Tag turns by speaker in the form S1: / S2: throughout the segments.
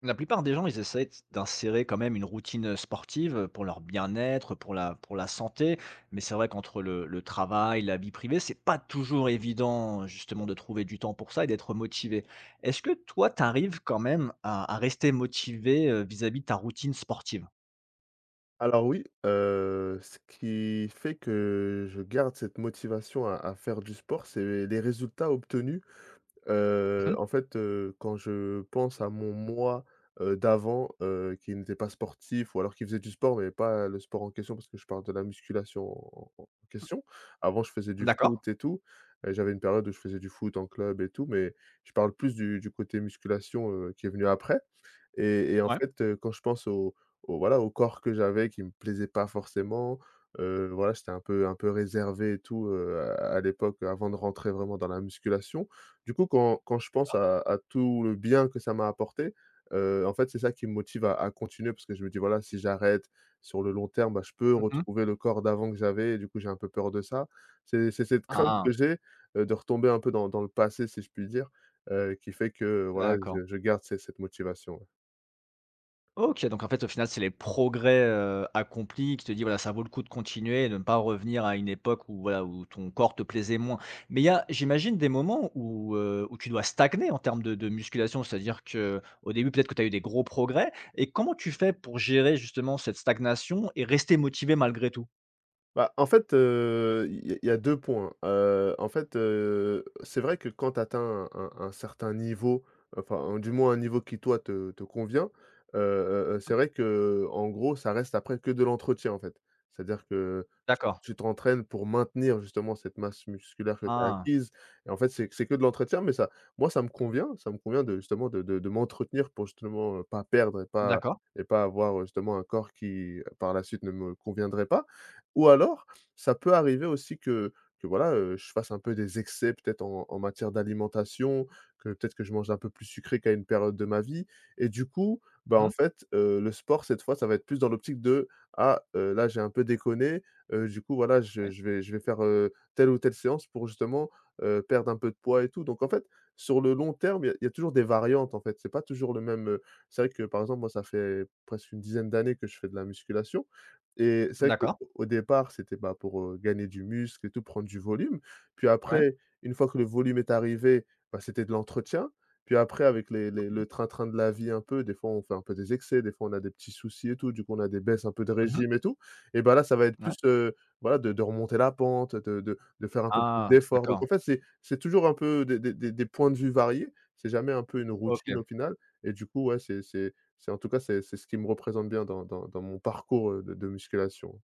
S1: La plupart des gens, ils essaient d'insérer quand même une routine, sportive, pour leur bien-être, pour la santé. Mais c'est vrai qu'entre le travail, la vie privée, c'est pas toujours évident, justement, de trouver du temps pour ça et d'être motivé. Est-ce que toi, tu arrives quand même à rester motivé, vis-à-vis de ta routine sportive?
S2: Alors oui, ce qui fait que je garde cette motivation à faire du sport, c'est les résultats obtenus.
S1: Mmh.
S2: Quand je pense à mon moi, d'avant, qui n'était pas sportif ou alors qui faisait du sport, mais pas le sport en question parce que je parle de la musculation en question. Avant, je faisais du
S1: D'accord.
S2: foot et tout, et j'avais une période où je faisais du foot en club et tout, mais je parle plus du côté musculation, qui est venu après. Et en
S1: Ouais.
S2: fait, quand je pense au voilà, au corps que j'avais qui me plaisait pas forcément, voilà, j'étais un peu réservé et tout, à l'époque avant de rentrer vraiment dans la musculation. Du coup, quand je pense à tout le bien que ça m'a apporté, en fait, c'est ça qui me motive à continuer parce que je me dis: «Voilà, si j'arrête sur le long terme, bah, je peux
S1: Mmh.
S2: retrouver le corps d'avant que j'avais» et du coup, j'ai un peu peur de ça. C'est cette crainte
S1: Ah!
S2: que j'ai, de retomber un peu dans le passé, si je puis dire, qui fait que, voilà,
S1: D'accord.
S2: je garde cette motivation, ouais.
S1: OK, donc en fait, au final, c'est les progrès, accomplis qui te dit: «Voilà, ça vaut le coup de continuer et de ne pas revenir à une époque où voilà, où ton corps te plaisait moins». Mais il y a, j'imagine, des moments où, où tu dois stagner en termes de musculation, c'est-à-dire que au début, peut-être que tu as eu des gros progrès et comment tu fais pour gérer justement cette stagnation et rester motivé malgré tout?
S2: Bah, en fait, il y a 2 points. C'est vrai que quand tu atteins un certain niveau, enfin, du moins un niveau qui toi te convient, c'est vrai que en gros ça reste après que de l'entretien, en fait. C'est-à-dire que tu
S1: D'accord.
S2: tu t'entraînes pour maintenir justement cette masse musculaire que tu as
S1: Ah,
S2: acquise et en fait c'est que de l'entretien mais ça moi ça me convient de justement de m'entretenir pour justement, pas perdre
S1: d'accord.
S2: et pas avoir, justement un corps qui par la suite ne me conviendrait pas. Ou alors, ça peut arriver aussi que voilà, je fasse un peu des excès peut-être en matière d'alimentation, que peut-être que je mange un peu plus sucré qu'à une période de ma vie et du coup, bah,
S1: Mmh.
S2: le sport cette fois, ça va être plus dans l'optique de: «Ah, là j'ai un peu déconné, du coup voilà je
S1: Ouais.
S2: je vais je vais faire, telle ou telle séance pour justement, perdre un peu de poids et tout». Donc en fait, sur le long terme, il y a toujours des variantes en fait, c'est pas toujours le même, c'est vrai que par exemple moi ça fait presque une dizaine d'années que je fais de la musculation et c'est vrai que
S1: D'accord.
S2: au départ, c'était, bah, pour, gagner du muscle et tout, prendre du volume. Puis
S1: Ouais.
S2: après, une fois que le volume est arrivé, bah, c'était de l'entretien. Puis après, avec les
S1: OK.
S2: le train-train de la vie un peu, des fois, on fait un peu des excès, des fois, on a des petits soucis et tout, du coup, on a des baisses un peu de
S1: Mmh.
S2: régime et tout et bah, là, ça va être
S1: Ouais.
S2: plus, voilà, de remonter la pente, de faire un peu plus
S1: Ah,
S2: d'efforts. Donc en
S1: d'accord.
S2: fait, c'est toujours un peu des points de vue variés. C'est jamais un peu une routine au
S1: OK.
S2: final et du coup, ouais, c'est en tout cas, c'est ce qui me représente bien dans mon parcours, de musculation.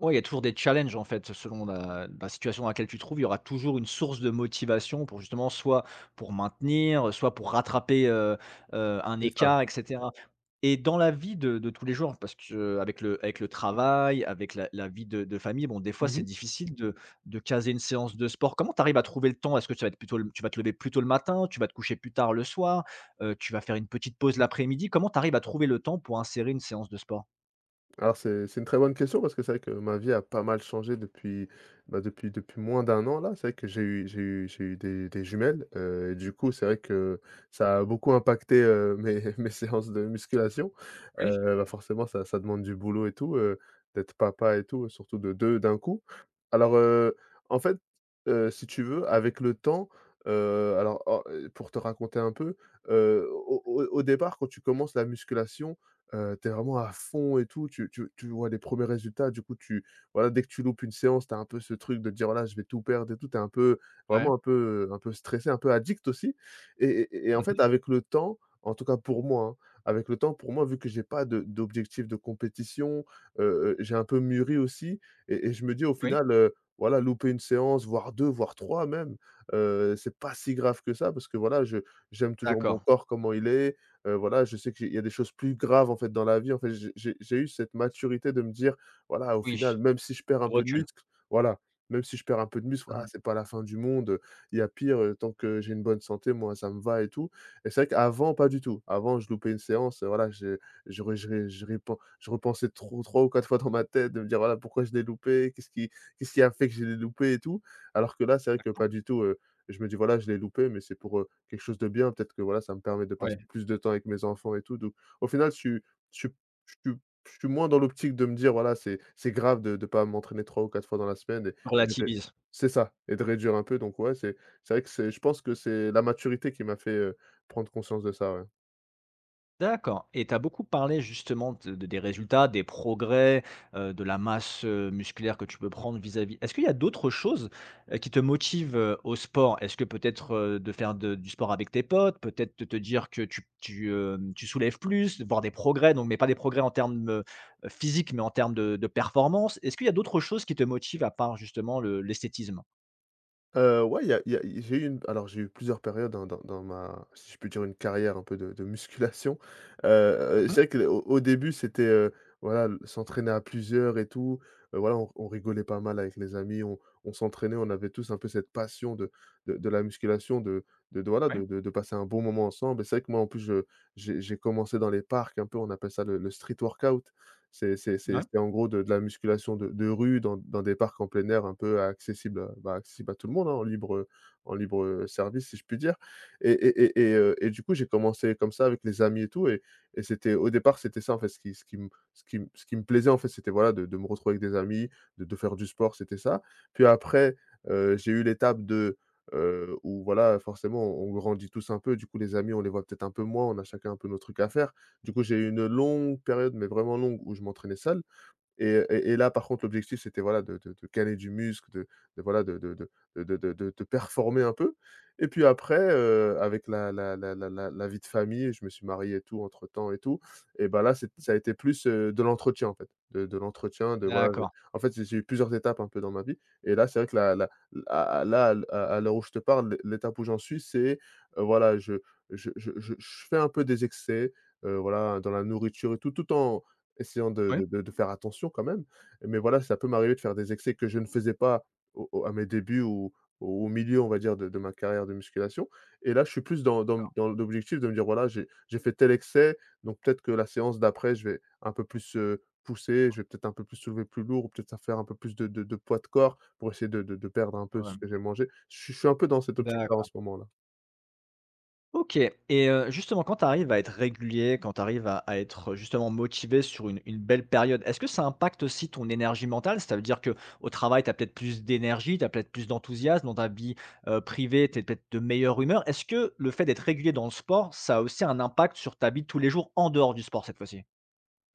S1: Ouais, il y a toujours des challenges en fait, selon la situation dans laquelle tu te trouves, il y aura toujours une source de motivation pour justement soit pour maintenir, soit pour rattraper, un
S2: C'est ça.
S1: écart et cetera, et dans la vie de tous les jours, parce que avec le travail, avec la vie de famille, bon des fois c'est
S2: Mmh.
S1: difficile de caser une séance de sport. Comment tu arrives à trouver le temps? Est-ce que tu vas être plutôt le tu vas te lever plus tôt le matin, tu vas te coucher plus tard le soir, tu vas faire une petite pause l'après-midi? Comment tu arrives à trouver le temps pour insérer une séance de sport?
S2: Alors c'est une très bonne question parce que c'est vrai que ma vie a pas mal changé depuis, bah, depuis moins d'un an là. C'est vrai que j'ai eu des jumelles, et du coup c'est vrai que ça a beaucoup impacté, mes mes séances de musculation.
S1: Oui,
S2: Bah, forcément ça ça demande du boulot et tout, d'être papa et tout, surtout de 2 d'un coup. Alors, heu, en fait, si tu veux avec le temps, pour te raconter un peu, au départ quand tu commences la musculation, tu vraiment à fond et tout, tu vois les premiers résultats, du coup tu voilà, dès que tu loupes une séance, t'as un peu ce truc de te dire: «Voilà, je vais tout perdre et tout», t'es un peu
S1: ouais.
S2: vraiment un peu stressé, un peu addict aussi et et en
S1: Mmh.
S2: fait, avec le temps, en tout cas pour moi, hein, avec le temps, pour moi, vu que j'ai pas de d'objectif de compétition, heu j'ai un peu mûri aussi et je me dis au
S1: Oui.
S2: final, voilà, louper une séance, voire 2 voire 3 même, c'est pas si grave que ça parce que voilà, je j'aime toujours mon
S1: D'accord.
S2: corps comment il est. Voilà, je sais qu'il y a des choses plus graves, en fait, dans la vie. En fait, j'ai eu cette maturité de me dire: «Voilà, au
S1: Oui,
S2: final, même si je perds un
S1: tu
S2: peu de
S1: recules.
S2: muscle, voilà, même si je perds un peu de muscle,
S1: Mmh
S2: ah,
S1: mh.
S2: c'est pas la fin du monde, il y a pire, tant que j'ai une bonne santé, moi, ça me va et tout» et c'est vrai qu'avant, pas du tout. Avant, je loupais une séance, voilà, je repensais trop 3 ou 4 fois dans ma tête de me dire: «Voilà, pourquoi je l'ai loupé? Qu'est-ce qui a fait que je l'ai loupé et tout?» alors que là, c'est vrai que
S1: D'accord,
S2: pas du tout, je me dis: «Voilà, je l'ai loupé, mais c'est pour, quelque chose de bien. Peut-être que voilà, ça me permet de
S1: ouais,
S2: passer plus de temps avec mes enfants et tout. Donc, au final, je suis je suis je suis moins dans l'optique de me dire: «Voilà, c'est grave de pas m'entraîner 3 ou 4 fois dans la semaine»
S1: tu
S2: et de
S1: relativises.
S2: c'est ça et de réduire un peu. Donc ouais, c'est vrai que c'est je pense que c'est la maturité qui m'a fait, prendre conscience de ça, ouais.
S1: D'accord, et tu as beaucoup parlé justement de des résultats, des progrès, de la masse, musculaire que tu peux prendre vis-à-vis, est-ce qu'il y a d'autres choses, qui te motivent, au sport? Est-ce que peut-être, de faire de du sport avec tes potes, peut-être de te dire que tu soulèves plus, de voir des progrès, donc mais pas des progrès en termes, physiques, mais en termes de performance? Est-ce qu'il y a d'autres choses qui te motivent à part justement le l'esthétisme?
S2: Ouais, il y a j'ai eu une alors j'ai eu plusieurs périodes, hein, dans ma si je peux dire une carrière un peu de musculation.
S1: Mmh
S2: Heu
S1: mh.
S2: c'est vrai que au début, c'était, voilà, l s'entraîner à plusieurs et tout. Voilà, on rigolait pas mal avec les amis, on s'entraînait, on avait tous un peu cette passion de la musculation, de voilà,
S1: Ouais,
S2: de passer un bon moment ensemble et c'est vrai que moi, en plus, je j'ai commencé dans les parcs un peu, on appelle ça le street workout. C'est
S1: ouais.
S2: c'est en gros de la musculation de rue dans des parcs en plein air un peu accessibles, bah, accessibles à tout le monde, hein, en libre, service si je puis dire et du coup j'ai commencé comme ça avec les amis et tout et c'était au départ c'était ça en fait ce qui me plaisait en fait c'était voilà de me retrouver avec des amis, de faire du sport, c'était ça. Puis après, j'ai eu l'étape de, où voilà forcément on grandit tous un peu, du coup les amis on les voit peut-être un peu moins, on a chacun un peu nos trucs à faire du coup, j'ai eu une longue période, mais vraiment longue, où je m'entraînais seul. Et là, par contre, l'objectif, c'était, voilà, de caler du muscle, de voilà, de performer un peu. Et puis après, avec la vie de famille, je me suis marié et tout entre-temps et tout, et bah là, c'est ça a été plus, de l'entretien, en fait, de l'entretien, de voilà, je
S1: D'accord.
S2: en fait, j'ai eu plusieurs étapes un peu dans ma vie et là, c'est vrai que la la à là, à l'heure où je te parle, l'étape où j'en suis, c'est, voilà, je je fais un peu des excès, voilà, dans la nourriture et tout, tout en essayant de
S1: Ouais,
S2: faire attention quand même, mais voilà, ça peut m'arriver de faire des excès que je ne faisais pas au au à mes débuts ou au milieu, on va dire, de ma carrière de musculation et là, je suis plus dans dans l'objectif de me dire: «Voilà, j'ai fait tel excès, donc peut-être que la séance d'après, je vais un peu plus, pousser, je vais peut-être un peu plus soulever plus lourd ou peut-être ça faire un peu plus de poids de corps pour essayer de perdre un peu
S1: ouais.
S2: ce que j'ai mangé». Je suis un peu dans cette
S1: D'a
S2: optique-là en ce moment-là.
S1: OK. Et justement quand tu arrives à être régulier, quand tu arrives à être justement motivé sur une belle période, est-ce que ça impacte aussi ton énergie mentale? Ça veut dire que au travail, tu as peut-être plus d'énergie, tu as peut-être plus d'enthousiasme, dans ta vie, privée, tu es peut-être de meilleure humeur. Est-ce que le fait d'être régulier dans le sport, ça a aussi un impact sur ta vie de tous les jours en dehors du sport cette fois-ci?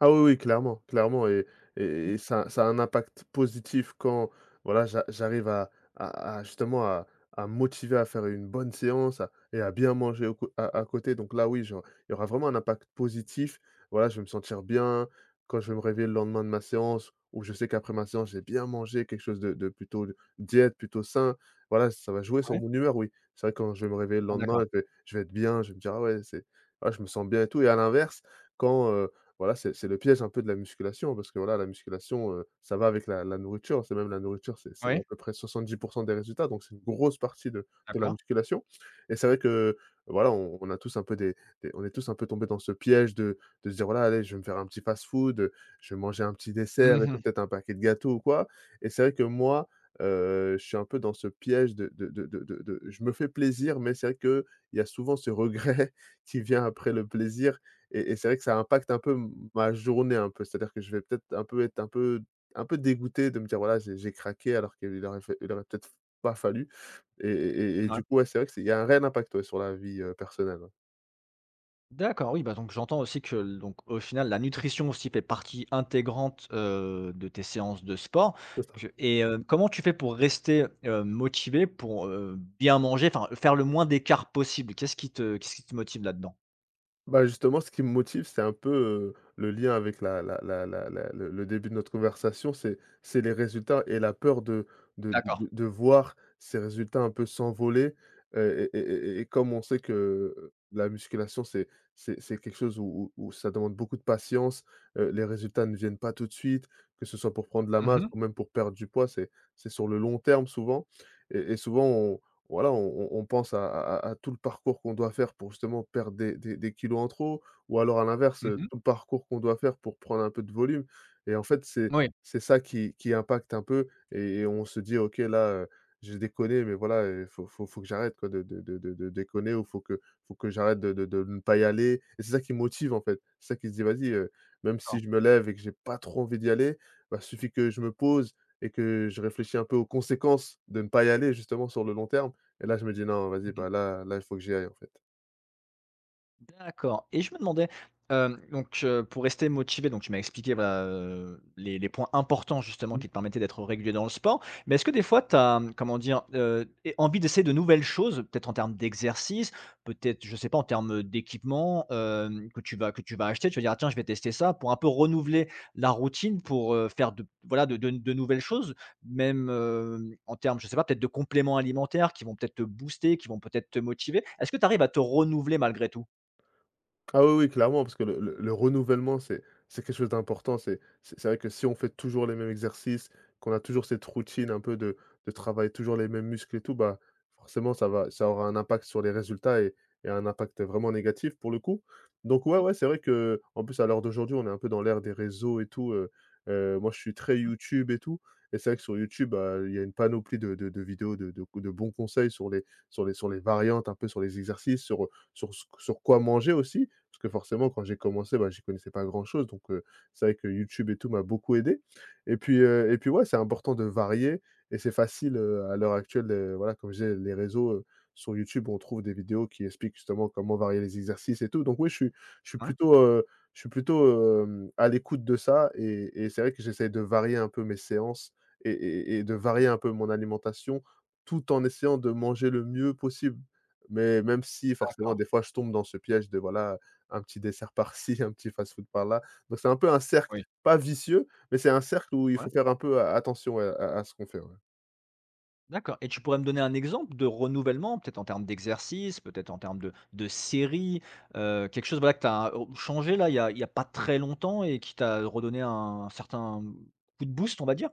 S2: Ah oui, oui, clairement, clairement et et ça ça a un impact positif quand, voilà, j'arrive à justement à me motiver à faire une bonne séance, à bien manger au cô à côté, donc là, oui, genre, il y aura vraiment un impact positif. Voilà, je vais me sentir bien quand je vais me réveiller le lendemain de ma séance où je sais qu'après ma séance, j'ai bien mangé quelque chose de plutôt de diète, plutôt sain. Voilà, ça va jouer
S1: Ouais.
S2: sur mon humeur, oui. C'est vrai que quand je vais me réveiller le
S1: Ah
S2: lendemain,
S1: d'accord.
S2: je vais être bien, je vais me dire: «Ah ouais, c'est ah, je me sens bien et tout», et à l'inverse, quand, voilà, c'est le piège un peu de la musculation, parce que voilà, la musculation, ça va avec la nourriture. C'est même la nourriture, c'est
S1: Oui,
S2: à peu près 70% des résultats, donc c'est une grosse partie de la
S1: d'accord.
S2: musculation, et c'est vrai que voilà, on a tous un peu des on est tous un peu tombés dans ce piège de se dire: «Voilà, allez, je vais me faire un petit fast-food, je vais manger un petit dessert et
S1: Mmh.
S2: tout, peut-être un paquet de gâteaux ou quoi». Et c'est vrai que moi, je suis un peu dans ce piège de je me fais plaisir, mais c'est vrai qu'il y a souvent ce regret qui vient après le plaisir, et c'est vrai que ça impacte un peu m ma journée un peu, c'est-à-dire que je vais peut-être un peu être un peu dégoûté de me dire: «Voilà, j'ai craqué alors qu'il aurait fait il aurait peut-être pas fallu», et et du coup, ouais, c'est vrai que il y a un réel impact, ouais, sur la vie, personnelle, ouais.
S1: D'accord, oui, bah, donc j'entends aussi que donc au final, la nutrition aussi fait partie intégrante, de tes séances de sport que et comment tu fais pour rester, motivé pour, bien manger, enfin, faire le moins d'écart possible? Qu'est-ce qui te motive là-dedans?
S2: Bah, justement, ce qui me motive, c'est un peu, le lien avec la la la la la le début de notre conversation, c'est les résultats et la peur de
S1: D'accord.
S2: voir ces résultats un peu s'envoler, et comme on sait que la musculation, c'est quelque chose où ça demande beaucoup de patience, les résultats ne viennent pas tout de suite, que ce soit pour prendre de la
S1: Mmh
S2: masse
S1: mh.
S2: ou même pour perdre du poids, c'est sur le long terme souvent, et souvent voilà, on pense à tout le parcours qu'on doit faire pour justement perdre des kilos en trop, ou alors à l'inverse,
S1: Mmh.
S2: tout le parcours qu'on doit faire pour prendre un peu de volume, et en fait,
S1: Oui,
S2: c'est ça qui impacte un peu, et on se dit: «OK, là, j'ai déconné, mais voilà, faut faut que j'arrête quoi de déconner, ou faut que j'arrête de ne pas y aller», et c'est ça qui motive, en fait. C'est ça qui se dit: «Vas-y, même si
S1: d'accord.
S2: je me lève et que j'ai pas trop envie d'y aller, bah, suffit que je me pose et que je réfléchis un peu aux conséquences de ne pas y aller, justement, sur le long terme». Et là, je me dis: «Non, vas-y,
S1: Mmh.
S2: bah, là, il faut que j'y aille, en fait».
S1: D'accord, et je me demandais, hem, donc pour rester motivé, donc tu m'as expliqué, voilà, les points importants justement qui te permettaient d'être régulier dans le sport. Mais est-ce que des fois tu as, comment dire? É Envie d'essayer de nouvelles choses, peut-être en termes d'exercice, peut-être, je sais pas, en termes, d'équipement, que tu vas acheter, tu vas dire: «Ah tiens, je vais tester ça» pour un peu renouveler la routine pour, faire de voilà, de de nouvelles choses? Même, en termes, je sais pas, peut-être de compléments alimentaires qui vont peut-être te booster, qui vont peut-être te motiver? Est-ce que tu arrives à te renouveler malgré tout?
S2: Ah oui, oui, clairement, parce que le renouvellement, c'est quelque chose d'important. C'est vrai que si on fait toujours les mêmes exercices, qu'on a toujours cette routine un peu de travailler toujours les mêmes muscles et tout, bah, forcément, ça aura un impact sur les résultats et un impact vraiment négatif pour le coup. Donc ouais, ouais, c'est vrai que en plus, à l'heure d'aujourd'hui, on est un peu dans l'ère des réseaux et tout, moi, je suis très YouTube et tout, et c'est vrai que sur YouTube, bah, il y a une panoplie de vidéos, de bons conseils sur les variantes, un peu sur les exercices, sur ce sur quoi manger aussi, parce que forcément quand j'ai commencé, bah, j'y connaissais pas grand-chose, donc c'est vrai que YouTube et tout m'a beaucoup aidé. Et puis, et puis ouais, c'est important de varier, et c'est facile, à l'heure actuelle, voilà, comme je disais, les réseaux, sur YouTube on trouve des vidéos qui expliquent justement comment varier les exercices et tout, donc oui, je suis
S1: Hein.
S2: plutôt, heu, je suis plutôt, à l'écoute de ça, et c'est vrai que j'essaie de varier un peu mes séances et de varier un peu mon alimentation, tout en essayant de manger le mieux possible. Mais même si forcément
S1: D'accord,
S2: des fois je tombe dans ce piège de voilà, un petit dessert par-ci, un petit fast-food par-là. Donc c'est un peu un cercle,
S1: oui.
S2: pas vicieux, mais c'est un cercle où il
S1: Ouais,
S2: faut faire un peu a attention, ouais, à ce qu'on fait, ouais.
S1: d'accord, et tu pourrais me donner un exemple de renouvellement, peut-être en termes d'exercice, peut-être en termes de série, quelque chose, voilà, que tu as, changé là, il y a pas très longtemps et qui t'a redonné un certain coup de boost, on va dire?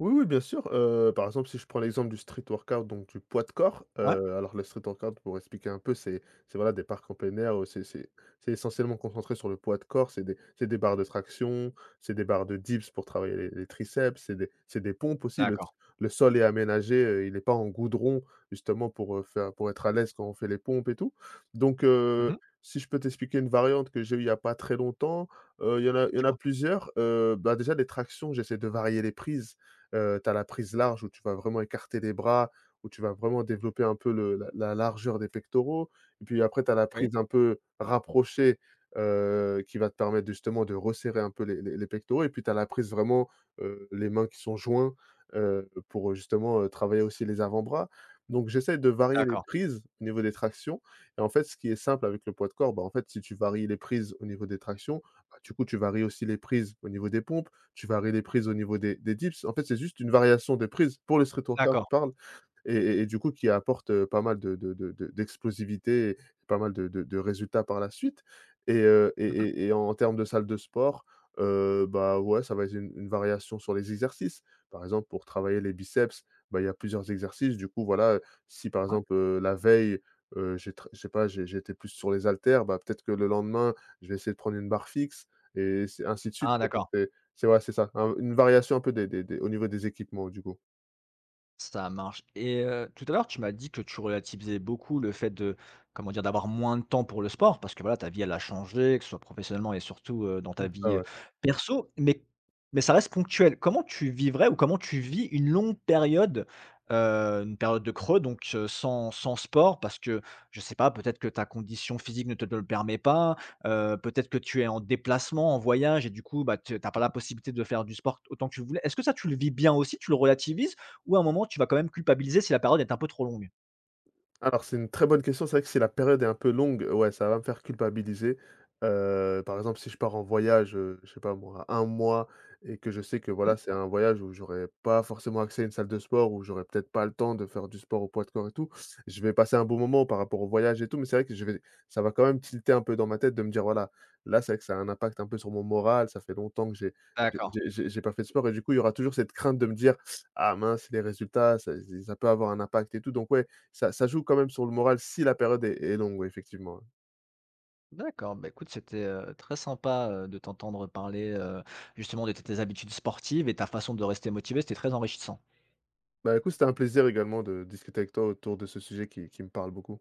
S2: Oui, oui, bien sûr. Par exemple, si je prends l'exemple du street workout, donc du poids de corps,
S1: Ouais?
S2: alors le street workout pour expliquer un peu, c'est voilà des parcs en plein air, c'est essentiellement concentré sur le poids de corps, c'est des barres de traction, c'est des barres de dips pour travailler les triceps, c'est des pompes aussi.
S1: D'accord.
S2: Le sol est aménagé, il n'est pas en goudron, justement pour, faire pour être à l'aise quand on fait les pompes et tout. Donc
S1: Mmh.
S2: si je peux t'expliquer une variante que j'ai eue il y a pas très longtemps, il y en a
S1: Dis-moi.
S2: plusieurs, bah, déjà les tractions, j'essaie de varier les prises. Tu as la prise large où tu vas vraiment écarter les bras, où tu vas vraiment développer un peu le la la largeur des pectoraux, et puis après tu as la
S1: Oui,
S2: prise un peu rapprochée, qui va te permettre justement de resserrer un peu les pectoraux, et puis tu as la prise vraiment, les mains qui sont joints, pour justement, travailler aussi les avant-bras. Donc j'essaie de varier les
S1: d'accord,
S2: prises au niveau des tractions, et en fait, ce qui est simple avec le poids de corps, bah, en fait, si tu varies les prises au niveau des tractions, bah, du coup, tu varies aussi les prises au niveau des pompes, tu varies les prises au niveau des dips. En fait, c'est juste une variation des prises. Pour le street workout,
S1: d'accord.
S2: parle, et du coup qui apporte, pas mal de d'explosivité et pas mal de résultats par la suite, et
S1: Mmh
S2: en termes de salle de sport, bah, ouais, ça va être une variation sur les exercices. Par exemple, pour travailler les biceps, bah, il y a plusieurs exercices. Du coup, voilà, si par
S1: ouais.
S2: exemple, la veille, j'ai tr je sais pas, j'étais plus sur les haltères, bah, peut-être que le lendemain, je vais essayer de prendre une barre fixe, et c'est ainsi de suite.
S1: Ah d'accord.
S2: C'est ouais, c'est ça, un une variation un peu des au niveau des équipements, du coup.
S1: Ça marche. Et tout à l'heure, tu m'as dit que tu relativisais beaucoup le fait de, comment dire? D'avoir moins de temps pour le sport parce que voilà, ta vie, elle a changé, que ce soit professionnellement et surtout, dans ta
S2: Ah
S1: vie,
S2: ouais.
S1: perso, mais ça reste ponctuel. Comment tu vivrais ou comment tu vis une longue période, heu, une période de creux donc sans sport? Parce que je sais pas, peut-être que ta condition physique ne te le permet pas, peut-être que tu es en déplacement, en voyage et du coup, bah, tu pas la possibilité de faire du sport autant que tu voulais. Est-ce que ça, tu le vis bien aussi? Tu le relativises? Ou à un moment, tu vas quand même culpabiliser si la période est un peu trop longue.
S2: Alors c'est une très bonne question, c'est vrai que si la période est un peu longue, ouais, ça va me faire culpabiliser. Par exemple, si je pars en voyage, je sais pas moi, un mois, et que je sais que
S1: Mmh,
S2: voilà, c'est un voyage où j'aurai pas forcément accès à une salle de sport, où j'aurai peut-être pas le temps de faire du sport au poids de corps et tout. Je vais passer un bon moment par rapport au voyage et tout, mais c'est vrai que je vais ça va quand même tilter un peu dans ma tête de me dire: «Voilà, là, c'est vrai que ça a un impact un peu sur mon moral, ça fait longtemps que
S1: d'accord,
S2: j'ai pas fait de sport», et du coup, il y aura toujours cette crainte de me dire: «Ah mince, les résultats, ça peut avoir un impact et tout», donc ouais, ça joue quand même sur le moral si la période est longue, oui, effectivement, ouais.
S1: d'accord. Bah, écoute, c'était, très sympa, de t'entendre parler, justement de tes habitudes sportives et ta façon de rester motivé, c'était très enrichissant.
S2: Bah, écoute, c'était un plaisir également de discuter avec toi autour de ce sujet qui me parle beaucoup.